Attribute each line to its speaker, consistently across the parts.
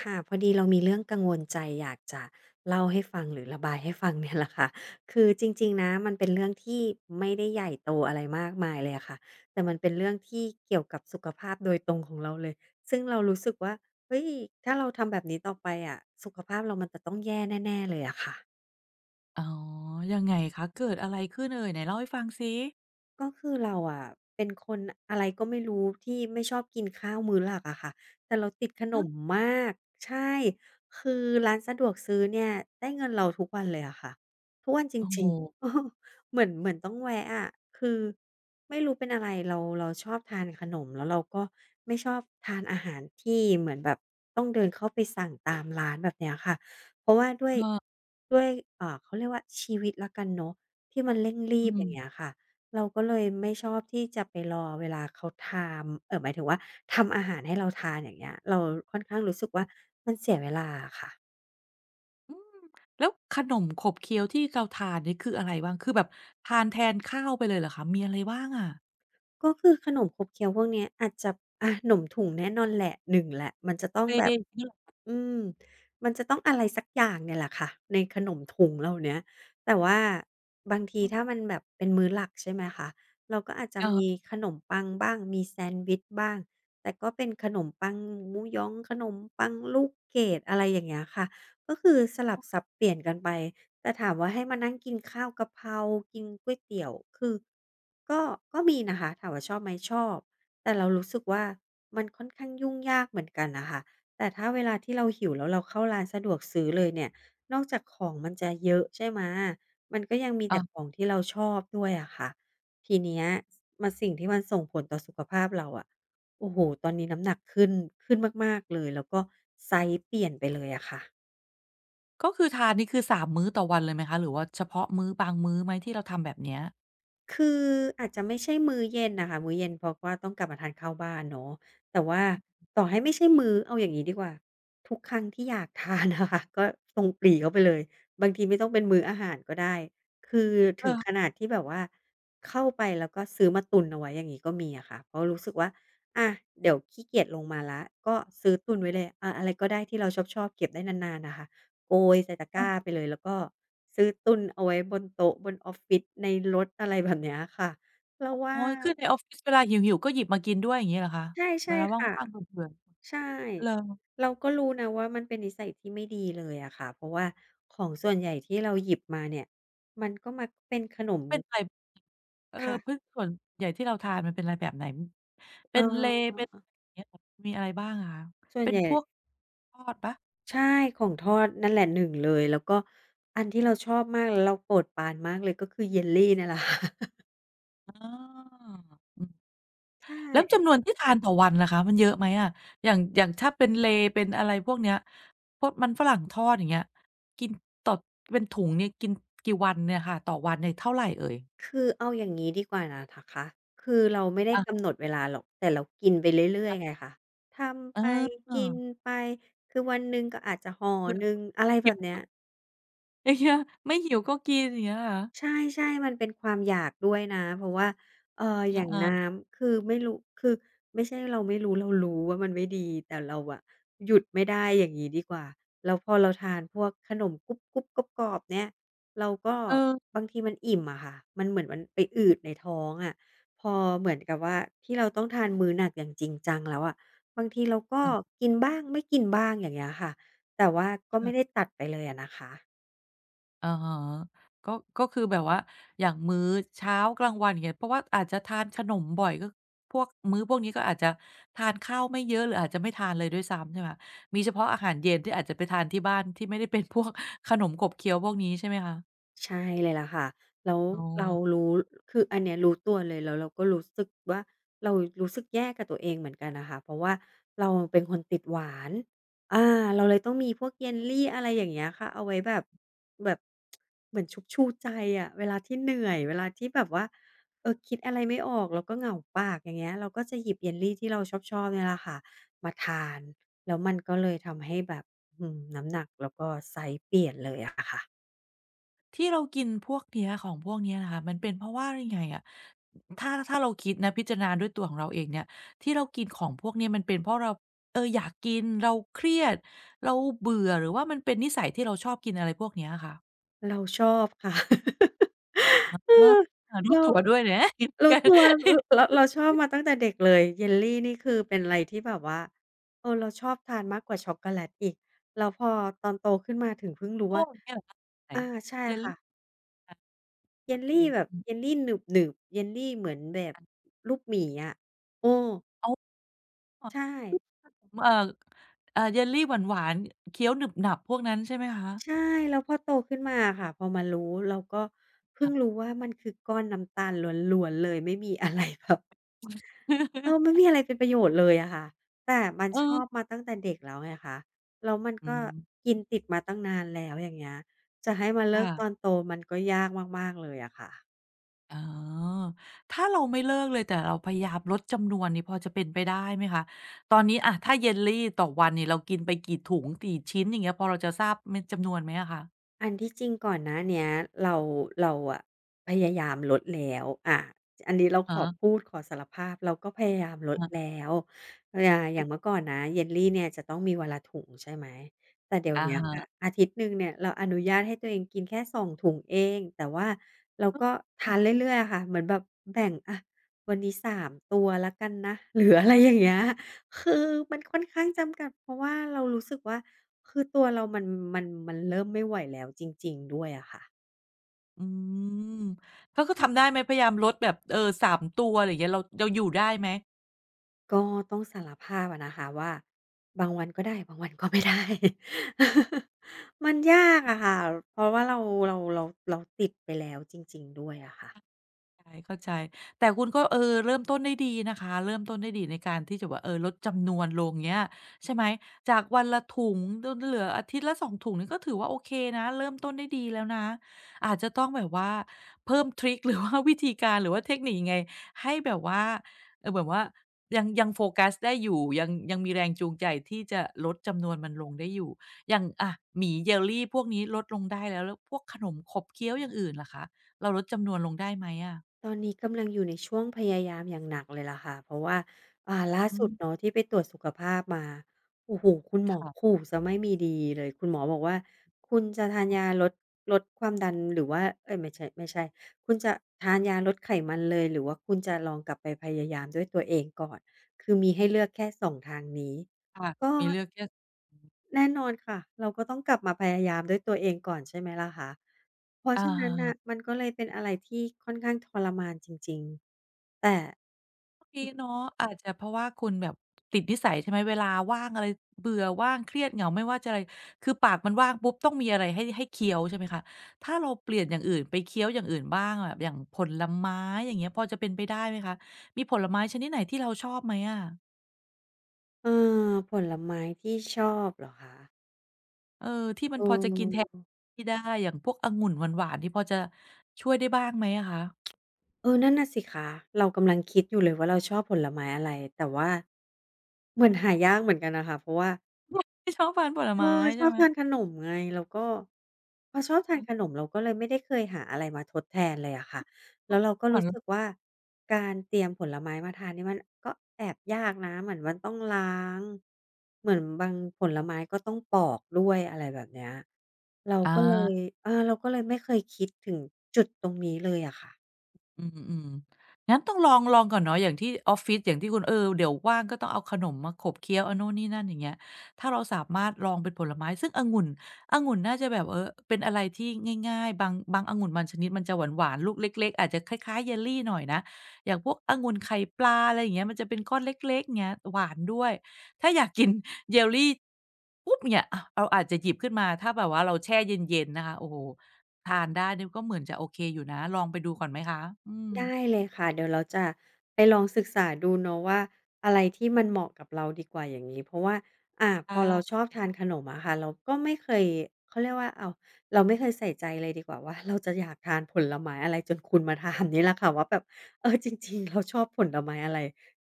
Speaker 1: ค่ะพอดีเรามีเรื่องกังวลใจอยากจะเล่าให้ฟังหรือระบายให้ฟังเนี่ยแหละค่ะ คือจริงๆนะมันเป็นเรื่องที่ไม่ได้ใหญ่โตอะไรมากมายเลยอะค่ะแต่มันเป็นเรื่องที่เกี่ยวกับสุขภาพโดยตรงของเราเลยซึ่งเรารู้สึกว่าเฮ้ยถ้าเราทำแบบนี้ต่อไปอะสุขภาพเรามันจะต้องแย่แน่ๆเลยอะค่ะ
Speaker 2: อ๋อ ยังไงคะ เกิดอะไรขึ้นเอ่ยไหนเล่าให้ฟังสิ
Speaker 1: ก็คือเราอะเป็นคนอะไรก็ไม่รู้ที่ไม่ชอบกินข้าวมื้อหลักอะค่ะแต่เราติดขน
Speaker 2: ฮะ
Speaker 1: มมากใช่คือร้านสะดวกซื้อเนี่ยได้เงินเราทุกวันเลยอะค่ะทุกวันจ
Speaker 2: โอ้โฮ
Speaker 1: ริงๆ เออเหมือนต้องแวะอะคือไม่รู้เป็นอะไรเราชอบทานขนมแล้วเราก็ไม่ชอบทานอาหารที่เหมือนแบบต้องเดินเข้าไปสั่งตามร้านแบบเนี้ยค่ะเพราะว่าด้วย
Speaker 2: เออ
Speaker 1: ด้วยเขาเรียกว่าชีวิตแล้วกันเนาะที่มันเร่งรี
Speaker 2: อื
Speaker 1: บอย่างเงี้ย
Speaker 2: ม
Speaker 1: ค่ะ เราก็เลยไม่ชอบที่จะไปรอเวลาเขาทำหมายถึงว่าทำอาหารให้เราทานอย่างเงี้ยเราค่อนข้างรู้สึกว่ามันเสียเวลาอะค่ะ
Speaker 2: อืมแล้วขนมขบเคี้ยวที่เราทานนี่คืออะไรบ้างคือแบบทานแทนข้าวไปเลยเหรอคะ มีอะไรบ้างอะ
Speaker 1: ก็คือขนมขบเคี้ยวพวกเนี้ยอาจจะอะหนมถุงแน่นอนแหละหนึ่งแหละมันจะต้อ
Speaker 2: เจ
Speaker 1: งแบ
Speaker 2: อ
Speaker 1: บ
Speaker 2: ย่างงี้เหร
Speaker 1: อืมมันจะต้องอะไรสักอย่างเนี่ยแหละค่ะในขนมถุงเหล่าเนี้ยแต่ว่าบางทีถ้า
Speaker 2: อ
Speaker 1: มันแบบเป็นมื้อหลักใช่ไหมคะเราก็อาจจะมี
Speaker 2: เออ
Speaker 1: ขนมปังบ้างมีแซนด์วิชบ้างแต่ก็เป็นขนมปังหมูหยองขนมปังลูกเกดอะไรอย่างเงี้ยค่ะก็คือสลับสับเปลี่ยนกันไป แต่ถามว่าให้มานั่งกินข้าวกะเพรากินก๋วยเตี๋ยวคือก็ก็มีนะคะถามว่าชอบไหมชอบแต่เรารู้สึกว่ามันค่อนข้างยุ่งยากเหมือนกันน่ะค่ะแต่ถ้าเวลาที่เราหิวแล้วเราเข้าร้านสะดวกซื้อเลยเนี่ยนอกจากของมันจะเยอะใช่ไหมมันก็ยังมีแต่
Speaker 2: อา
Speaker 1: ของที่เราชอบด้วยอะค่ะทีเนี้ยมันสิ่งที่มันส่งผลต่อสุขภาพเราอะโอ้โฮตอนนี้น้ำหนักขึ้นมากๆเลยแล้วก็ไซซ์เปลี่ยนไปเลยอะค่ะ
Speaker 2: ก็คือทานนี่คือ3มมื้อต่อวันเลยไหมคะ หรือว่าเฉพาะมื้อบางมื้อไหมที่เราทำแบบเนี้ย
Speaker 1: คืออาจจะไม่ใช่มื้อเย็นน่ะค่ะมื้อเย็นเพราะว่าต้องกลับมาทานข้าวบ้านเนาะแต่ว่าต่อให้ไม่ใช่มื้อเอาอย่างงี้ดีกว่าทุกครั้งที่อยากทานอะค่ะ ก็ตรงปรีเข้าไปเลยบางทีไม่ต้องเป็นมื้ออาหารก็ได้คือ
Speaker 2: เหร
Speaker 1: ถึงข
Speaker 2: อ
Speaker 1: นาดที่แบบว่าเข้าไปแล้วก็ซื้อมาตุนเอาไว้อย่างงี้ก็มีอะค่ะเพราะรู้สึกว่าอะเดี๋ยวขี้เกียจลงมาแล้วก็ซื้อตุนไว้เลยอาอะไรก็ได้ที่เราชอบๆเก็บได้นานๆน่ะค่ะ โกยใส่ตะก
Speaker 2: เออ
Speaker 1: ร้าไปเลยแล้วก็ซื้อตุนเอาไว้บนโต๊ะบนออฟฟิศในรถอะไรแบบเนี้ยค่ะเรา
Speaker 2: อ๋
Speaker 1: ว่า
Speaker 2: อคือในออฟฟิศเวลาหิวๆก็หยิบมากินด้วยอย่างงี้เหรอคะ
Speaker 1: ใช่
Speaker 2: เว
Speaker 1: ใช่
Speaker 2: ลา
Speaker 1: ค่ะ
Speaker 2: ว่างๆเบื่อ
Speaker 1: ใช่
Speaker 2: ๆเหรอ
Speaker 1: เราก็รู้นะว่ามันเป็นนิสัยที่ไม่ดีเลยอะค่ะเพราะว่าของส่วนใหญ่ที่เราหยิบมาเนี่ยมันก็มักเป็นขนม
Speaker 2: เป็นไร เออพริ
Speaker 1: ค่ะ
Speaker 2: กส่วนใหญ่ที่เราทานมันเป็นอะไรแบบไหนเป็นเล
Speaker 1: เอ
Speaker 2: ย์
Speaker 1: อ
Speaker 2: เป็นอย่างเงี้ยมีอะไรบ้างอะคะ
Speaker 1: ส่วน
Speaker 2: เป็น
Speaker 1: ใหญ่
Speaker 2: พวกทอดเปล่า
Speaker 1: ใช่ของทอดนั่นแหละหนึ่งเลยแล้วก็อันที่เราชอบมากแล้วเราโปรดปรานมากเลยก็คือเยลลีนั่นแหละค่ะ
Speaker 2: อาอืม
Speaker 1: ใช่
Speaker 2: แล้วจำนวนที่ทานต่อวันล่ะคะมันเยอะไหมอะอย่างอย่างถ้าเป็นเลย์เป็นอะไรพวกเนี้ยพวกมันฝรั่งทอดอย่างเงี้ยกินต่อเป็นถุงเนี่ยกินกี่วันเนี่ยค่ะต่อวันเนี่ยเท่าไรเอ่ย
Speaker 1: คือเอาอย่างนี้ดีกว่านะนะคะคือเราไม่ได้
Speaker 2: อะ
Speaker 1: กำหนดเวลาหรอก แต่เรากินไปเรื่อย
Speaker 2: อะ
Speaker 1: ๆไงคะท
Speaker 2: เ
Speaker 1: ำไป
Speaker 2: อ
Speaker 1: กิ
Speaker 2: อ
Speaker 1: นไป คือวันหนึ่งก็อาจจะห่อ
Speaker 2: เผื่อ
Speaker 1: หนึ่งอะไรแบ
Speaker 2: หิ
Speaker 1: บเนี้
Speaker 2: ว
Speaker 1: ย
Speaker 2: อย่างเงี้ยไม่หิวก็กินอย่างเงี้ยเหรอ
Speaker 1: ใช
Speaker 2: คะ
Speaker 1: ่ๆมันเป็นความอยากด้วยนะเพราะว่าอย่าง
Speaker 2: อา
Speaker 1: น้ำคือไม่รู้คือไม่ใช่เราไม่รู้เรารู้ว่ามันไม่ดีแต่เราอะหยุดไม่ได้อย่างงี้ดีกว่าแล้วพอเราทานพวกขนมกรุบๆกรอบๆเนี่ยเราก็
Speaker 2: ๆ
Speaker 1: บางทีมันอิ่มอะค่ะมันเหมือนมันไปอืดในท้องอะพอเหมือนกับว่าที่เราต้องทานมื้อหนักอย่างจริงจังแล้วอะบางทีเราก็กินบ้างไม่กินบ้างอย่างเงี้ยค่ะแต่ว่าก็ไม่ได้ตัดไปเลยอะนะคะ
Speaker 2: อะฮะก็ก็คือแบบว่าอย่างมื้อเช้ากลางวันอย่างเงี้ยเพราะว่าอาจจะทานขนมบ่อยก็พวกมื้อพวกนี้ก็อาจจะทานข้าวไม่เยอะหรืออาจจะไม่ทานเลยด้วยซ้ำใช่ไหมคะมีเฉพาะอาหารเย็นที่อาจจะไปทานที่บ้านที่ไม่ได้เป็น พวกขนมขบเคี้ยวพวกนี้ใช่ไหมคะ
Speaker 1: ใช่เลยล่ะค่ะแล้ว
Speaker 2: อ๋อ
Speaker 1: เรารู้คืออันเนี้ยรู้ตัวเลยแล้วเราก็รู้สึกว่าเรารู้สึกแย่กับตัวเองเหมือนกันน่ะค่ะเพราะว่าเราเป็นคนติดหวานอาเราเลยต้องมีพวก jelly อะไรอย่างเงี้ยค่ะเอาไว้แบบแบบเหมือนชุบชูใจอะเวลาที่เหนื่อยเวลาที่แบบว่าเออคิดอะไรไม่ออกแล้วก็เหงาปากอย่างเงี้ยเราก็จะหยิบ jelly ที่เราชอบๆเนี่ยแหละค่ะมาทานแล้วมันก็เลยทำให้แบบน้ำหนักแล้วก็ไซซ์เปลี่ยนเลยอะค่ะ
Speaker 2: ที่เรากินพวกเนี้ยของพวกเนี้ยนะคะมันเป็นเพราะว่ายังไงอะถ้าเราคิดนะพิจารณาด้วยตัวของเราเองเนี่ยที่เรากินของพวกเนี้ยมันเป็นเพราะเราเอออยากกินเราเครียดเราเบื่อหรือว่ามันเป็นนิสัยที่เราชอบกินอะไรพวกเนี้ยอะค่ะ
Speaker 1: เราชอบค่ะ เอ
Speaker 2: เอ
Speaker 1: อ
Speaker 2: อรู้
Speaker 1: เรา
Speaker 2: ตัวด้วยนะ
Speaker 1: รู้ตัวเร าเราชอบมาตั้งแต่เด็กเลยเยลลี่นี่คือเป็นอะไรที่แบบว่าเราชอบทานมากกว่าช็อกโกแลตอีกแล้วพอตอนโตขึ้นมาถึงเพิ่งรู้
Speaker 2: พว
Speaker 1: ว่า
Speaker 2: กเนี้ยไหน
Speaker 1: อาใช่
Speaker 2: เยลลี่
Speaker 1: ค่ะเย
Speaker 2: โอ
Speaker 1: ล
Speaker 2: เค
Speaker 1: ลีแบบ
Speaker 2: อืม
Speaker 1: เยลลีหนึบหนึบเยลลี่เหมือนแบบลูกหมีอะโอ้
Speaker 2: อ๋อ
Speaker 1: ใช่
Speaker 2: เอ่อเอ่อเยลลี่หวานๆเคี้ยวหนึบหนับพวกนั้นใช่ไหมคะ
Speaker 1: ใช่แล้วพอโตขึ้นมาอะค่ะพอมารู้เราก็เพิ่ง
Speaker 2: ค่ะ
Speaker 1: รู้ว่ามันคือก้อนน้ำตาลล้วนๆเลยไม่มี อะไรแบบไม่ มีอะไรเป็นประโยชน์เลยอะค่ะแต่มันชอบ
Speaker 2: เออ
Speaker 1: มาตั้งแต่เด็กแล้วไงคะแล้วมัน
Speaker 2: อื
Speaker 1: ก็
Speaker 2: ม
Speaker 1: กินติดมาตั้งนานแล้วอย่างเงี้ยจะให้มาเลิกตอน
Speaker 2: ค่ะ
Speaker 1: โตมันก็ยากมากๆเลยอะค่ะ
Speaker 2: อ๋อถ้าเราไม่เลิกเลยแต่เราพยายามลดจำนวนนี่พอจะเป็นไปได้ไหมคะ ตอนนี้อะถ้าเยลลีต่อวันนี่เรากินไปกี่ถุงกี่ชิ้นอย่างเงี้ยพอเราจะทราบเม็ดจำนวนไหมอะคะ
Speaker 1: อันที่จริงก่อนหน้าเนี้ยเราเราพยายามลดแล้วอันนี้เรา
Speaker 2: อะ
Speaker 1: ขอ
Speaker 2: ฮะ
Speaker 1: พูดขอสารภาพเราก็พยายามลด
Speaker 2: อะ
Speaker 1: แล้วอ่าอย่างเมื่อก่อนนะเยลลีเนี่ยจะต้องมีวันละถุงใช่ไหมแต่เดี๋ยว
Speaker 2: อะ
Speaker 1: เนี้ย
Speaker 2: ฮะ
Speaker 1: ค่ะอาทิตย์หนึ่งเนี่ยเราอนุญาตให้ตัวเองกินแค่2 ถุงเองแต่ว่าเราก็ทาน เรื่อยๆอะค่ะเหมือนแบบแบ่งอะวันนี้3 ตัวแล้วกันนะหรืออะไรอย่างเงี้ย คือมันค่อนข้างจำกัดเพราะว่าเรารู้สึกว่าคือตัวเรามันเริ่มไม่ไหวแล้วจริงๆด้วยอะค่ะ
Speaker 2: อืมก็คือทำได้ไหมพยายามลดแบบเออสามตัวอะไรอย่างเงี้ยเราอยู่ได้ไหม
Speaker 1: ก็ต้องสารภาพอะนะคะว่าบางวันก็ได้บางวันก็ไม่ได้ มันยากอะค่ะเพราะว่าเราเราเราติดไปแล้วจริงๆด้วยอะค่ะ
Speaker 2: ใช่เข้าใจแต่คุณก็เออเริ่มต้นได้ดีนะคะเริ่มต้นได้ดีในการที่จะแบบเออลดจำนวนลงเงี้ยใช่ไหมจากวันละถุงจนเหลืออาทิตย์ละสองถุงนี่ก็ถือว่าโอเคนะเริ่มต้นได้ดีแล้วนะอาจจะต้องแบบว่าเพิ่มทริกหรือ ว่าวิธีการหรือว่าเทคนิคยังไงให้แบบว่าเออแบบว่ายังโฟกัสได้อยู่ยังมีแรงจูงใจที่จะลดจำนวนมันลงได้อยู่อย่างอะหมี่เยลลีพวกนี้ลดลงได้แล้วแล้วพวกขนมขบเคี้ยวอย่างอื่นล่ะคะเราลดจำนวนลงได้ไหมอะ
Speaker 1: ตอนนี้กำลังอยู่ในช่วงพยายามอย่างหนักเลยล่ะค่ะเพราะว่าล่า
Speaker 2: อื
Speaker 1: สุด
Speaker 2: ม
Speaker 1: เนาะที่ไปตรวจสุขภาพมาโอ้โฮคุณหมอ
Speaker 2: ค่ะ
Speaker 1: ขู่เสียไม่มีดีเลยคุณหมอบอกว่าคุณจะทานยาลดความดันหรือว่าเอ๊ยไม่ใช่ไม่ใช่คุณจะทานยาลดไขมันเลยหรือว่าคุณจะลองกลับไปพยายามด้วยตัวเองก่อนคือมีให้เลือกแค่2ทางนี้
Speaker 2: ค่ะ
Speaker 1: ก็
Speaker 2: มีเลือกแยก
Speaker 1: แน่นอนค่ะเราก็ต้องกลับมาพยายามด้วยตัวเองก่อนใช่ไหมล่ะคะเพราะ
Speaker 2: อ่
Speaker 1: ฉะนั้นน่ะ
Speaker 2: ฮ
Speaker 1: มันก็เลยเป็นอะไรที่ค่อนข้างทรมานจริงๆแต่
Speaker 2: ก็ดีเนาะอาจจะเพราะว่าคุณแบบติดนิสัยใช่ไหมเวลาว่างอะไรเบื่อว่างเครียดเหงาไม่ว่าจะอะไรคือปากมันว่างปุ๊บต้องมีอะไรให้เคี้ยวใช่ไหมคะถ้าเราเปลี่ยนอย่างอื่นไปเคี้ยวอย่างอื่นบ้างแบบอย่างผลไม้อย่างเงี้ยพอจะเป็นไปได้ไหมคะมีผลไม้ชนิดไหนที่เราชอบไหมอะ
Speaker 1: เออผลไม้ที่ชอบเหรอคะ
Speaker 2: เออที่มั
Speaker 1: เ
Speaker 2: นพอจะกินแทน
Speaker 1: ออ
Speaker 2: ที่ได้อย่างพวกองุ่นหวานๆนี่พอจะช่วยได้บ้างไหมอะคะ
Speaker 1: เออนั่นน่ะสิคะเรากำลังคิดอยู่เลยว่าเราชอบผลไม้อะไรแต่ว่าเหมือนหายากเหมือนกันนะคะเพราะว่า
Speaker 2: ไม่ชอบทานผล
Speaker 1: เออ
Speaker 2: ไม้
Speaker 1: ช
Speaker 2: ใช่
Speaker 1: อบ
Speaker 2: ไหม
Speaker 1: ทานขนมไงแล้วก็พอชอบ
Speaker 2: อื
Speaker 1: ทาน
Speaker 2: ม
Speaker 1: ขนมเราก็เลยไม่ได้เคยหาอะไรมาทดแทนเลยอะค่ะแล้วเราก็
Speaker 2: หวา
Speaker 1: รู้
Speaker 2: น
Speaker 1: สึกว่าการเตรียมผลไม้มาทานนี่มันก็แอบยากนะเหมือนมันต้องล้างเหมือนบางผลไม้ก็ต้องปอกด้วยอะไรแบบเนี้ยเรา
Speaker 2: อา
Speaker 1: ก็เลยเราก็เลยไม่เคยคิดถึงจุดตรงนี้เลยอะค่ะ
Speaker 2: อืมอืมงั้นต้องลองก่อนเนาะอย่างที่ออฟฟิศอย่างที่คุณเออเดี๋ยวว่างก็ต้องเอาขนมมาขบเคี้ยวอันโน่นนี่นั่นอย่างเงี้ยถ้าเราสามารถลองเป็นผลไม้ซึ่งองุ่นน่าจะแบบเออเป็นอะไรที่ง่ายๆบางองุ่นบางชนิดมันจะหวานลูกเล็กๆอาจจะคล้ายๆเยลลี่หน่อยนะ อย่างพวกองุ่นไข่ปลาอะไรอย่างเงี้ยมันจะเป็นก้อนเล็กๆเงี้ยหวานด้วยถ้าอยากกินเยลลีปุ๊บเนี่ยอาเราอาจจะหยิบขึ้นมาถ้าแบบว่าเราแช่เย็นๆนะคะโอ้โห ทานได้เนี่ยก็เหมือนจะโอเคอยู่นะลองไปดูก่อนไหมคะอืม
Speaker 1: ได้เลยค่ะเดี๋ยวเราจะไปลองศึกษาดูเนาะว่าอะไรที่มันเหมาะกับเราดีกว่าอย่างนี้เพราะว่าพอเราช
Speaker 2: ค่ะ
Speaker 1: อบทานขนมอะค่ะเราก็ไม่เคยเขาเรียกว่าอ้าวเราไม่เคยใส่ใจเลยดีกว่าว่าเราจะอยากทานผลไม้อะไรจนคุณมาถามนี่แหละค่ะว่าแบบจริงๆเราชอบผลไม้อะไร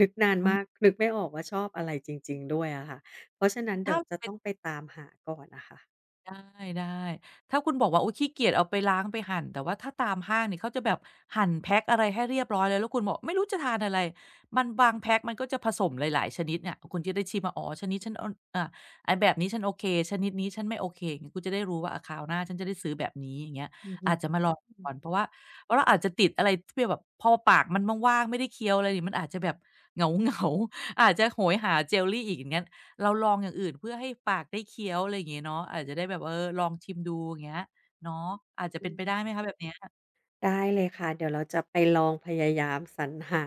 Speaker 1: นึกนาน
Speaker 2: อื
Speaker 1: มาก
Speaker 2: ม
Speaker 1: นึกไม่ออกว่าชอบอะไรจริงๆด้วยอะค่ะเพราะฉะนั้นเดี๋
Speaker 2: ถ้า
Speaker 1: ยวจะ
Speaker 2: ไป
Speaker 1: ต้องไปตามหาก่อนน่ะค่ะ
Speaker 2: ได้ถ้าคุณบอกว่าอุ๊ยขี้เกียจเอาไปล้างไปหั่นแต่ว่าถ้าตามห้างนี่เขาจะแบบหั่นแพ็กอะไรให้เรียบร้อยเลยแล้วคุณบอกไม่รู้จะทานอะไรมันบางแพ็กมันก็จะผสมหลายๆชนิดเนี่ยคุณจะได้ชิมว่าอ๋อชนิดฉันออ่าไอ้แบบนี้ฉันโอเคชนิดนี้ฉันไม่โอเคอย่างงี้คุณจะได้รู้ว่าอาคราวหน้าฉันจะได้ซื้อแบบนี้อย่างเงี้ย
Speaker 1: อือฮึ
Speaker 2: อาจจะมาลอง
Speaker 1: อ
Speaker 2: ก่อนเพราะว่าเพราะเราอาจจะติดอะไรที่แบบพอปากมันว่างๆไม่ได้เคี้ยวอะไรนี่มันอาจจะแบบเหงาๆอาจจะโหยหาเจลลีอีกอย่างงั้น เราลองอย่างอื่นเพื่อให้ปากได้เคี้ยวอะไรอย่างงี้เนาะอาจจะได้แบบเออลองชิมดูอย่างเงี้ยเนาะอาจจะ
Speaker 1: ื
Speaker 2: เป็นไปได้
Speaker 1: ม
Speaker 2: ไหมคะแบบเนี้ย
Speaker 1: ได้เลยค่ะเดี๋ยวเราจะไปลองพยายามสรรหา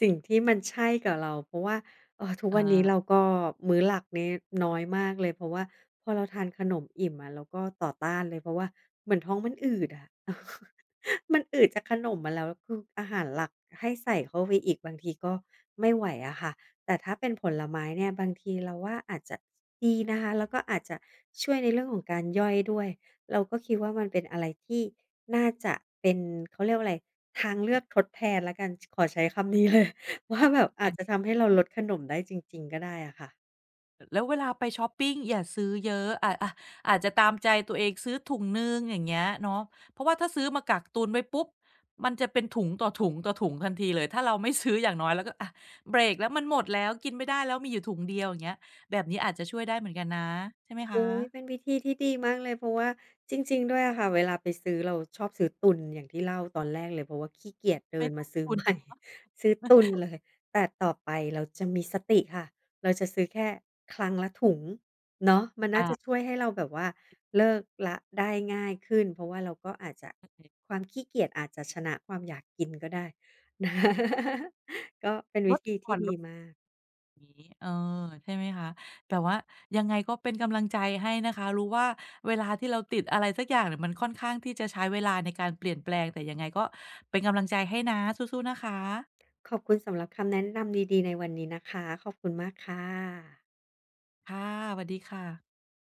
Speaker 1: สิ่งที่มันใช่กับเราเพราะว่าทุกวันนี้เรา
Speaker 2: อา
Speaker 1: ก็มื้อหลักนี้น้อยมากเลยเพราะว่าพอเราทานขนมอิ่มอะเราก็ต่อต้านเลยเพราะว่าเหมือนท้องมันอืดอะ มันอืดจากขนมมาแล้วคืออาหารหลักให้ใส่เข้าไปอีกบางทีก็ไม่ไหวอะค่ะแต่ถ้าเป็นผลไม้เนี่ยบางทีเราว่าอาจจะดีนะคะแล้วก็อาจจะช่วยในเรื่องของการย่อยด้วย เราก็คิดว่ามันเป็นอะไรที่น่าจะเป็นเขาเรียกว่าอะไรทางเลือกทดแทนแล้วกันขอใช้คำนี้เลย ว่าแบบอาจจะ
Speaker 2: ใช่
Speaker 1: ทำให้เราลดขนมได้จริงๆก็ได้อะค่ะ
Speaker 2: แล้วเวลาไปชอปปิงอย่าซื้อเยอะอาอาจจะตามใจตัวเองซื้อถุงหนึ่งอย่างเงี้ยเนาะเพราะว่าถ้าซื้อมากักตุนไว้ปุ๊บมันจะเป็นถุงต่อถุงต่อถุงทันทีเลยถ้าเราไม่ซื้ออย่างน้อยแล้วก็อะเบรกแล้วมันหมดแล้วกินไม่ได้แล้วมีอยู่ถุงเดียวอย่างเงี้ยแบบนี้อาจจะช่วยได้เหมือนกันนะใช่ไหมค
Speaker 1: อุ๊ยเป็น
Speaker 2: ะ
Speaker 1: วิธีที่ดีมากเลยเพราะว่าจริงๆด้วยอะค่ะเวลาไปซื้อเราชอบซื้อตุนอย่างที่เล่าตอนแรกเลยเพราะว่าขี้เกียจเดิ
Speaker 2: ไม่
Speaker 1: น
Speaker 2: ต้
Speaker 1: มา
Speaker 2: อง
Speaker 1: ซื้อ
Speaker 2: ตุน
Speaker 1: ใหม่
Speaker 2: เนาะ
Speaker 1: ซื้อตุน เลยแต่ต่อไปเราจะมีสติค่ะเราจะซื้อแค่ครั้งละถุงเนาะมันน่า
Speaker 2: อา
Speaker 1: จะช่วยให้เราแบบว่าเลิกละได้ง่ายขึ้นเพราะว่าเราก็อาจจะค
Speaker 2: ใช่
Speaker 1: วามขี้เกียจอาจจะชนะความอยากกินก็ได้ นะก็เป็น
Speaker 2: ล
Speaker 1: วิ
Speaker 2: ด
Speaker 1: ธี
Speaker 2: ก่อ
Speaker 1: ที่
Speaker 2: นล
Speaker 1: ดี
Speaker 2: ด
Speaker 1: มาก
Speaker 2: นี้เออใช่ไหมคะแต่ว่ายังไงก็เป็นกำลังใจให้นะคะรู้ว่าเวลาที่เราติดอะไรสักอย่างเนี่ยมันค่อนข้างที่จะใช้เวลาในการเปลี่ยนแปลงแต่ยังไงก็เป็นกำลังใจให้นะสู้ๆนะคะ
Speaker 1: ขอบคุณสำหรับคำแนะนำดีๆในวันนี้นะคะขอบคุณมากค่ะ
Speaker 2: ค่ะสวัสดีค่ะ